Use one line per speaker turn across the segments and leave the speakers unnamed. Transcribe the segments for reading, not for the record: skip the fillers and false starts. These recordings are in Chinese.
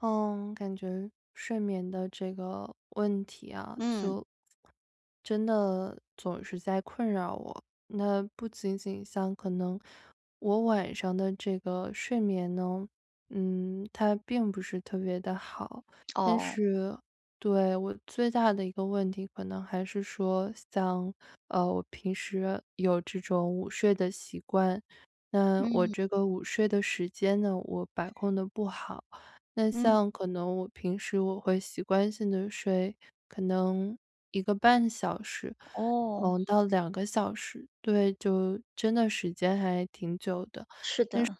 嗯，感觉睡眠的这个问题啊，
嗯，
就真的总是在困扰我。那不仅仅像可能我晚上的这个睡眠呢，它并不是特别的好，但
哦，
是对我最大的一个问题，可能还是说像我平时有这种午睡的习惯，那我
嗯，
这个午睡的时间呢，我把控的不好。那
嗯，
像可能我平时会习惯性的睡，可能一个半小时，
哦，
到两个小时，对，就真的时间还挺久的。
是的，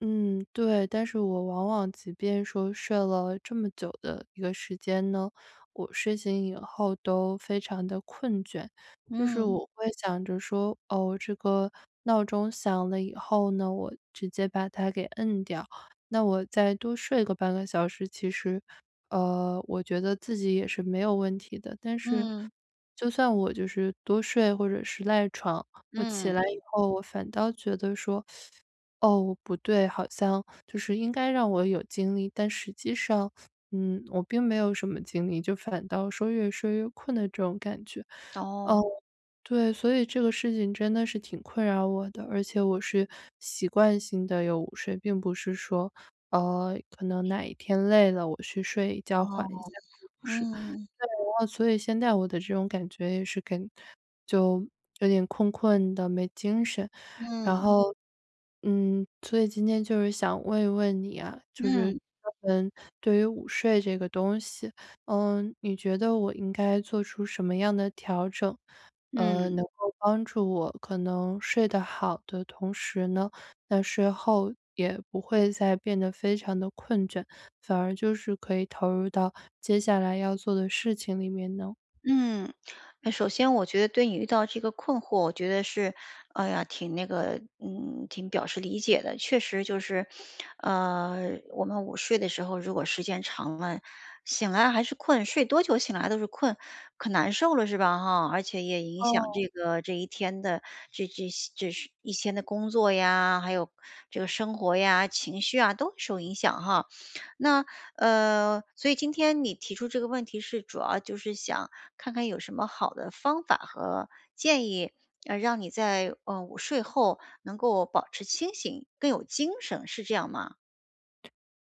嗯，对，但是我往往即便说睡了这么久的一个时间呢，我睡醒以后都非常的困倦。就是
嗯，
我会想着说，哦，这个闹钟响了以后呢，我直接把它给摁掉，那我再多睡个半个小时，其实，我觉得自己也是没有问题的。但是
嗯，
就算我就是多睡或者是赖床，我起
嗯，
来以后，我反倒觉得说，哦，不对，好像就是应该让我有精力，但实际上，我并没有什么精力，就反倒说越睡越困的这种感觉。
哦，
哦，对，所以这个事情真的是挺困扰我的，而且我是习惯性的有午睡，并不是说，可能哪一天累了我去睡一觉
哦，
缓一下，并不是。
嗯，
哦，所以现在我的这种感觉也是跟就有点困困的，没精神。然嗯
嗯，
后，所以今天就是想问一问你啊，就
嗯，
是
嗯
专门对于午睡这个东西，你觉得我应该做出什么样的调整，
嗯。
能够帮助我可能睡得好的同时呢，那睡后也不会再变得非常的困倦，反而就是可以投入到接下来要做的事情里面呢？
嗯，那首先我觉得对你遇到这个困惑，我觉得是，哎呀，挺那个，嗯，挺表示理解的。确实就是，呃，我们午睡的时候，如果时间长了，醒来还是困，睡多久醒来都是困，可难受了是吧？哈，而且也影响这一天的这这这是一天的工作呀，还有这个生活呀、情绪啊，都会受影响哈。那所以今天你提出这个问题是主要就是想看看有什么好的方法和建议，让你在午睡后能够保持清醒，更有精神，是这样吗？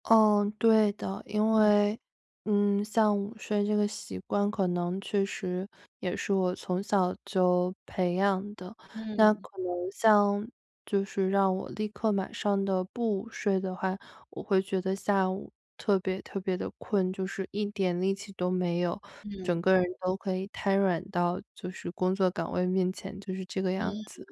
嗯，对的，因
嗯
为，像午睡这个习惯，可能确实也是我从小就培养的。那
嗯
可能像就是让我立刻马上的不午睡的话，我会觉得下午特别特别的困，就是一点力气都没有，整
嗯
个人都可以瘫软到就是工作岗位面前，就是这个样
嗯。
子。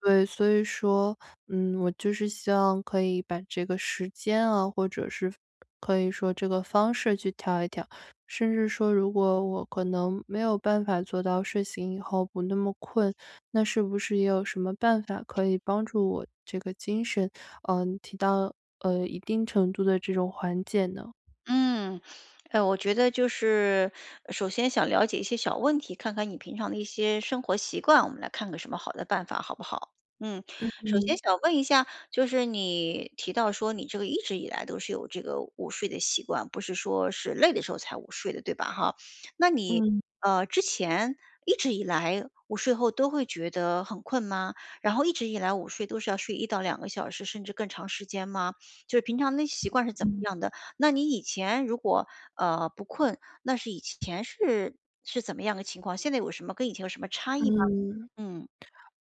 对，所以说，我就是希望可以把这个时间啊，或者是可以说这个方式去调一调，甚至说，如果我可能没有办法做到睡醒以后不那么困，那是不是也有什么办法可以帮助我这个精神，提到一定程度的这种缓解呢？
嗯，我觉得就是首先想了解一些小问题，看看你平常的一些生活习惯，我们来看个什么好的办法，好不好？嗯，首先
嗯
想问一下，就是你提到说你这个一直以来都是有这个午睡的习惯，不是说是累的时候才午睡的，对吧？哈，那你
嗯
之前一直以来午睡后都会觉得很困吗？然后一直以来午睡都是要睡一到两个小时，甚至更长时间吗？就是平常的习惯是怎么
嗯。
样的？那你以前如果，不困，那是以前是怎么样个情况？现在有什么跟以前有什么差异吗？
嗯，
嗯，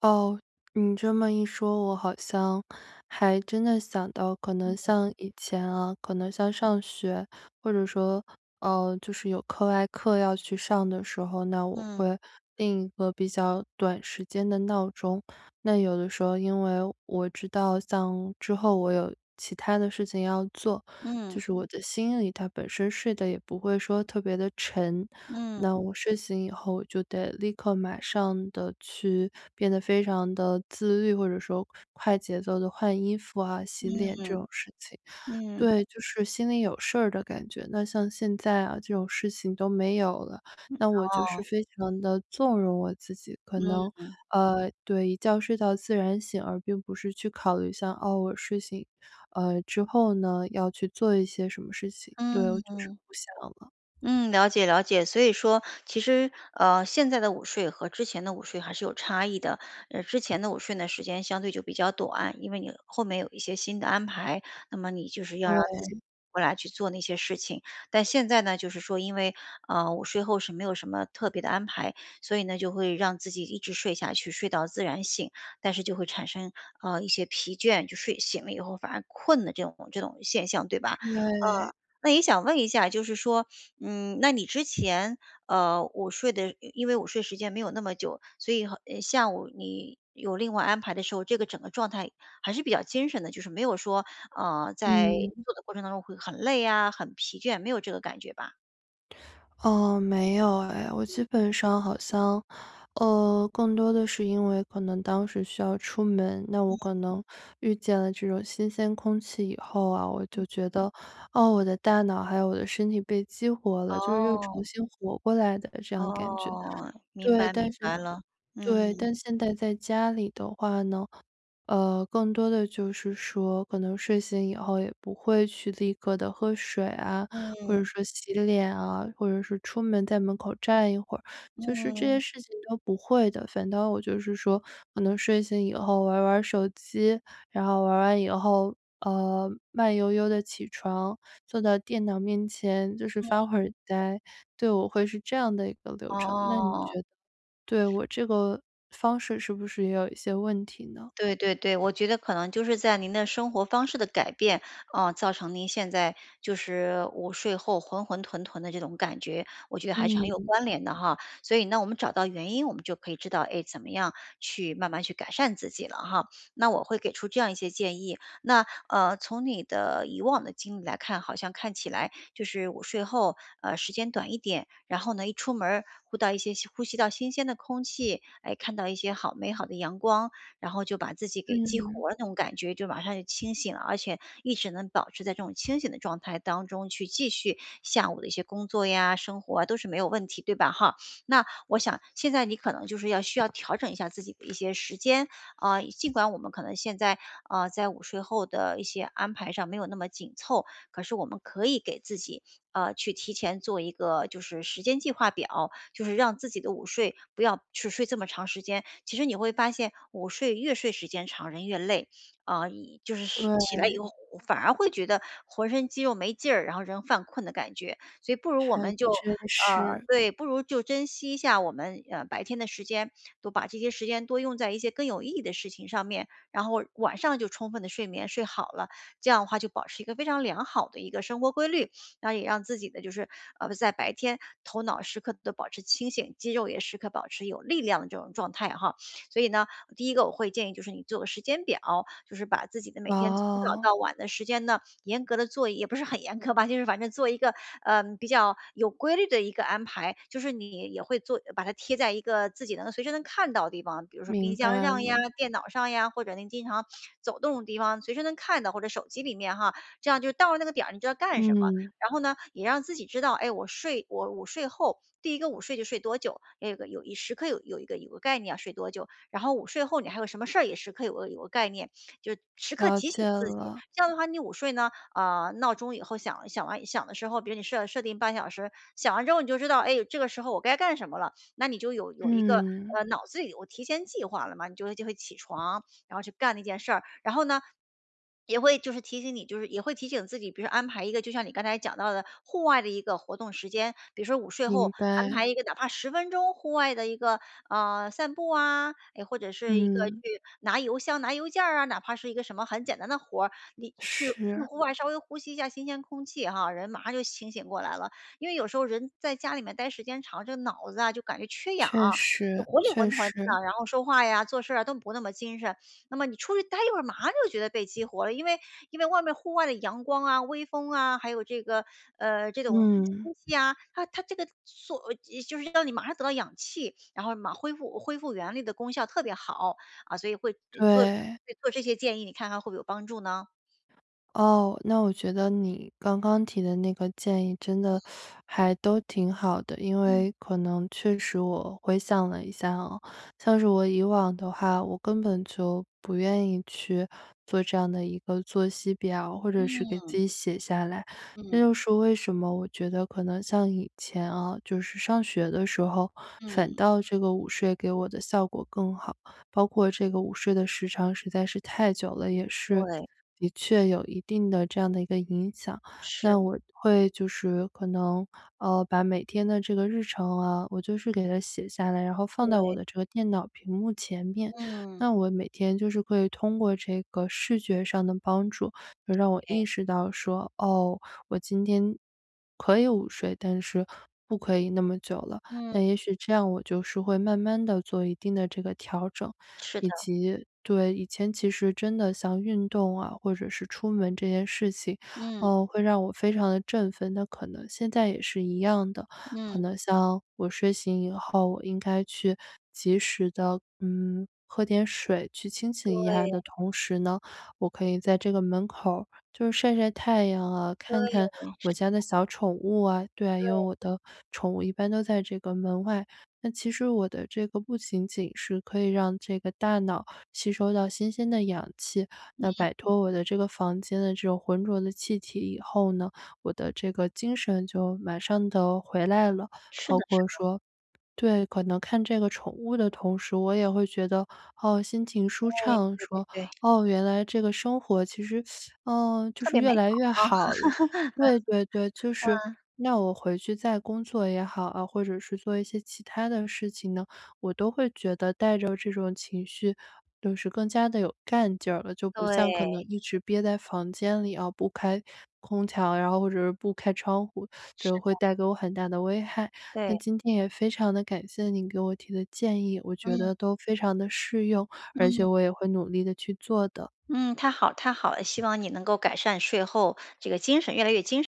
哦，你这么一说，我好像还真的想到，可能
嗯，
像以前啊，可能像上学，或者说，就是有课外课要去上的时候，那我
嗯，
会定一个比较短时间的闹钟。那有的时候，因为我知道，像之后我有其他的事情要做，就
嗯，
是我的心里它本身睡得也不会说特别的沉，
嗯，
那我睡醒以后，我就得立刻马上的去变得非常的自律，或者说快节奏的换衣服啊、洗脸
嗯，
这种事情。
嗯，
对，就是心里有事儿的感觉。那像现在啊，这种事情都没有了，那我就
哦，
是非常的纵容我自己，可
嗯，
能，对，一觉睡到自然醒，而并不是去考虑像，哦，我睡醒，之后呢，要去做一些什么事情。
嗯
对，我就是
嗯。
不想了。
嗯，了解了解。所以说，其实现在的午睡和之前的午睡还是有差异的。之前的午睡呢，时间相对就比较短，因为你后面有一些新的安排，那么你就是要让
对，
自己过来去做那些事情。但现在呢，就是说，因为午睡后是没有什么特别的安排，所以呢，就会让自己一直睡下去，睡到自然醒，但是就会产生一些疲倦，就睡醒了以后反而困的这种现象，对吧？
对，
呃。那也想问一下，就是说，嗯，那你之前，我睡的因为我睡时间没有那么久，所以，下午你有另外安排的时候，这个整个状态还是比较精神的，就是没有说，在
嗯。
做的过程当中会很累啊，很疲倦，没有这个感觉吧？
哦，没有哎，我基本上好像，更多的是因为可能当时需要出门，那我可能遇见了这种新鲜空气以后啊，我就
嗯
觉得，哦，我的大脑还有我的身体被激活了，就是又重
哦，
新活过来的这样感觉。
哦，明
对，
白明
但是
白了。嗯，
对，但现在在家里的话呢更多的就是说，可能睡醒以后也不会去立刻的喝水啊，或者
嗯，
说洗脸啊，或者是出门在门口站一会儿，就是这
嗯，
些事情都不会的。反倒我就是说，可能睡醒以后玩玩手机，然后玩完以后，慢悠悠的起床，坐到电脑面前，就是发会儿呆。对，我会是这样的一个流程，那你觉
哦。
得对我这个方式是不是也有一些问题呢？
对对对，我觉得可能就是在您的生活方式的改变啊、造成您现在就是午睡后浑浑沌沌的这种感觉，我觉得还是很有
嗯。
关联的哈。所以呢，我们找到原因，我们就可以知道，哎，怎么样去慢慢去改善自己了哈。那我会给出这样一些建议。那从你的以往的经历来看，好像看起来就是午睡后，时间短一点，然后呢，一出门儿呼吸到新鲜的空气，哎，看到一些美好的阳光。然后就把自己给激
嗯，
活了那种感觉，就马上就清醒了，而且一直能保持在这种清醒的状态当中去继续下午的一些工作呀、生活啊，都是没有问题，对吧？哈，那我想现在你可能就是要需要调整一下自己的一些时间啊、尽管我们可能现在啊在午睡后的一些安排上没有那么紧凑，可是我们可以给自己去提前做一个就是时间计划表，就是让自己的午睡不要去睡这么长时间。其实你会发现，午睡越睡时间长，人越累啊、一就是是起
对，
来以后反而会觉得浑身肌肉没劲儿，然后人犯困的感觉。所以不如我
还
们就
真是。
对，不如就珍惜一下我们白天的时间，多把这些时间多用在一些更有意义的事情上面，然后晚上就充分的睡眠睡好了，这样的话就保持一个非常良好的一个生活规律。然后也让自己的就是在白天头脑时刻的保持清醒，肌肉也时刻保持有力量的这种状态哈。所以呢，第一个我会建议就是你做个时间表，就是把自己的每天从早
哦，
到晚的时间呢，严格的做一也不是很严格吧，就是反正做一个比较有规律的一个安排，就是你也会做把它贴在一个自己能随时能看到的地方，比如说冰
明
箱
白
上呀、
了。
电脑上呀，或者您经常走动的地方，随时能看到，或者手机里面哈，这样就到了那个点儿，你知道干什么。
嗯，
然后呢，也让自己知道，哎，我午睡后，第一个午睡就睡多久，要有个有一时刻有有一个有个概念要睡多久，然后午睡后你还有什么事儿也时刻有个概念，就时刻
了
提醒
解
自己。
了。
这样的话，你午睡呢，啊、闹钟以后想完的时候，比如你设定半小时，想完之后你就知道，哎，这个时候我该干什么了，那你就有一个
嗯，
脑子里有提前计划了嘛，你就会起床，然后去干那件事儿。然后呢，也会就是提醒你，就是也会提醒自己，比如说安排一个，就像你刚才讲到的户外的一个活动时间，比如说午睡后
明
安
白。
排一个哪怕十分钟户外的一个散步啊，哎，或者是一个去
嗯，
拿邮箱、拿邮件儿啊，哪怕是一个什么很简单的活儿，去
是，
户外稍微呼吸一下新鲜空气哈，人马上就清醒过来了。因为有时候人在家里面待时间长，这个脑子啊就感觉缺氧。
确
就
实，
活里
确
浑沌
实。
的，然后说话呀、做事儿啊都不那么精神，那么你出去待一会儿，马上就觉得被激活了，因为外面户外的阳光啊、微风啊，还有这个这种
嗯，
空气啊，它这个就是让你马上得到氧气，然后恢复原力的功效特别好啊，所以会呃做对
对。
做这些建议，你看看会不会有帮助呢？
哦，那我觉得你刚刚提的那个建议真的还都挺好的，因为
嗯
可能确实我回想了一下哦，像是我以往的话，我根本就不愿意去做这样的一个作息表，或者是给
嗯
自己写下来。这就
嗯
是为什么我觉得可能像以前啊，就是上学的时候，反
嗯，
倒这个午睡给我的效果更好，包括这个午睡的时长实在是太久了，也是
对，
的确有一定的这样的一个影响。那
是，
我会就是可能，把每天的这个日程啊，我就是给它写下来，然后放到我
对，
的这个电脑屏幕前面。
嗯，
那我每天就是可以通过这个视觉上的帮助，就让我
哎
意识到说，哦，我今天可以午睡，但是不可以那么久了。
嗯，
那也许这样我就是会慢慢的做一定的这个调整。
是的，
以及对，以前其实真的像运动啊，或者是出门这件事情，
嗯
会让我非常的振奋，那可能现在也是一样的。
嗯，
可
对
能像我睡醒以后，我应该去及时的，喝点水去清醒一下的同时呢，我可以在这个门口儿就是晒晒太阳啊，
对
看看
是
我家的小宠物啊，对啊，因为
对，
我的宠物一般都在这个门外。那其实我的这个不仅仅是可以让这个大脑吸收到新鲜的氧气，那
嗯
摆脱我的这个房间的这种浑浊的气体以后呢，我的这个精神就马上的回来了。
是
包
的是，
括
的，
说对，可能看这个宠物的同时，我也会觉得，哦，心情舒
对
畅，
对
说，
对对。
哦，原来这个生活其实，就
特
是
别美
越来越
好哈，
好了。对对对，就是
嗯，
那我回去再工作也好啊，或者是做一些其他的事情呢，我都会觉得带着这种情绪，就是更加的有干劲儿了，就不
对，
像可能一直憋在房间里啊，不开空调，然后或者是不开窗户，
是
就会
的，
带给我很大的危害。
对，
那今天也非常的感谢你给我提的建议，我觉得
嗯
都非常的适用，而且
嗯
我也会努力的去做的。
嗯，太好太好了，希望你能够改善睡后这个精神越来越精神。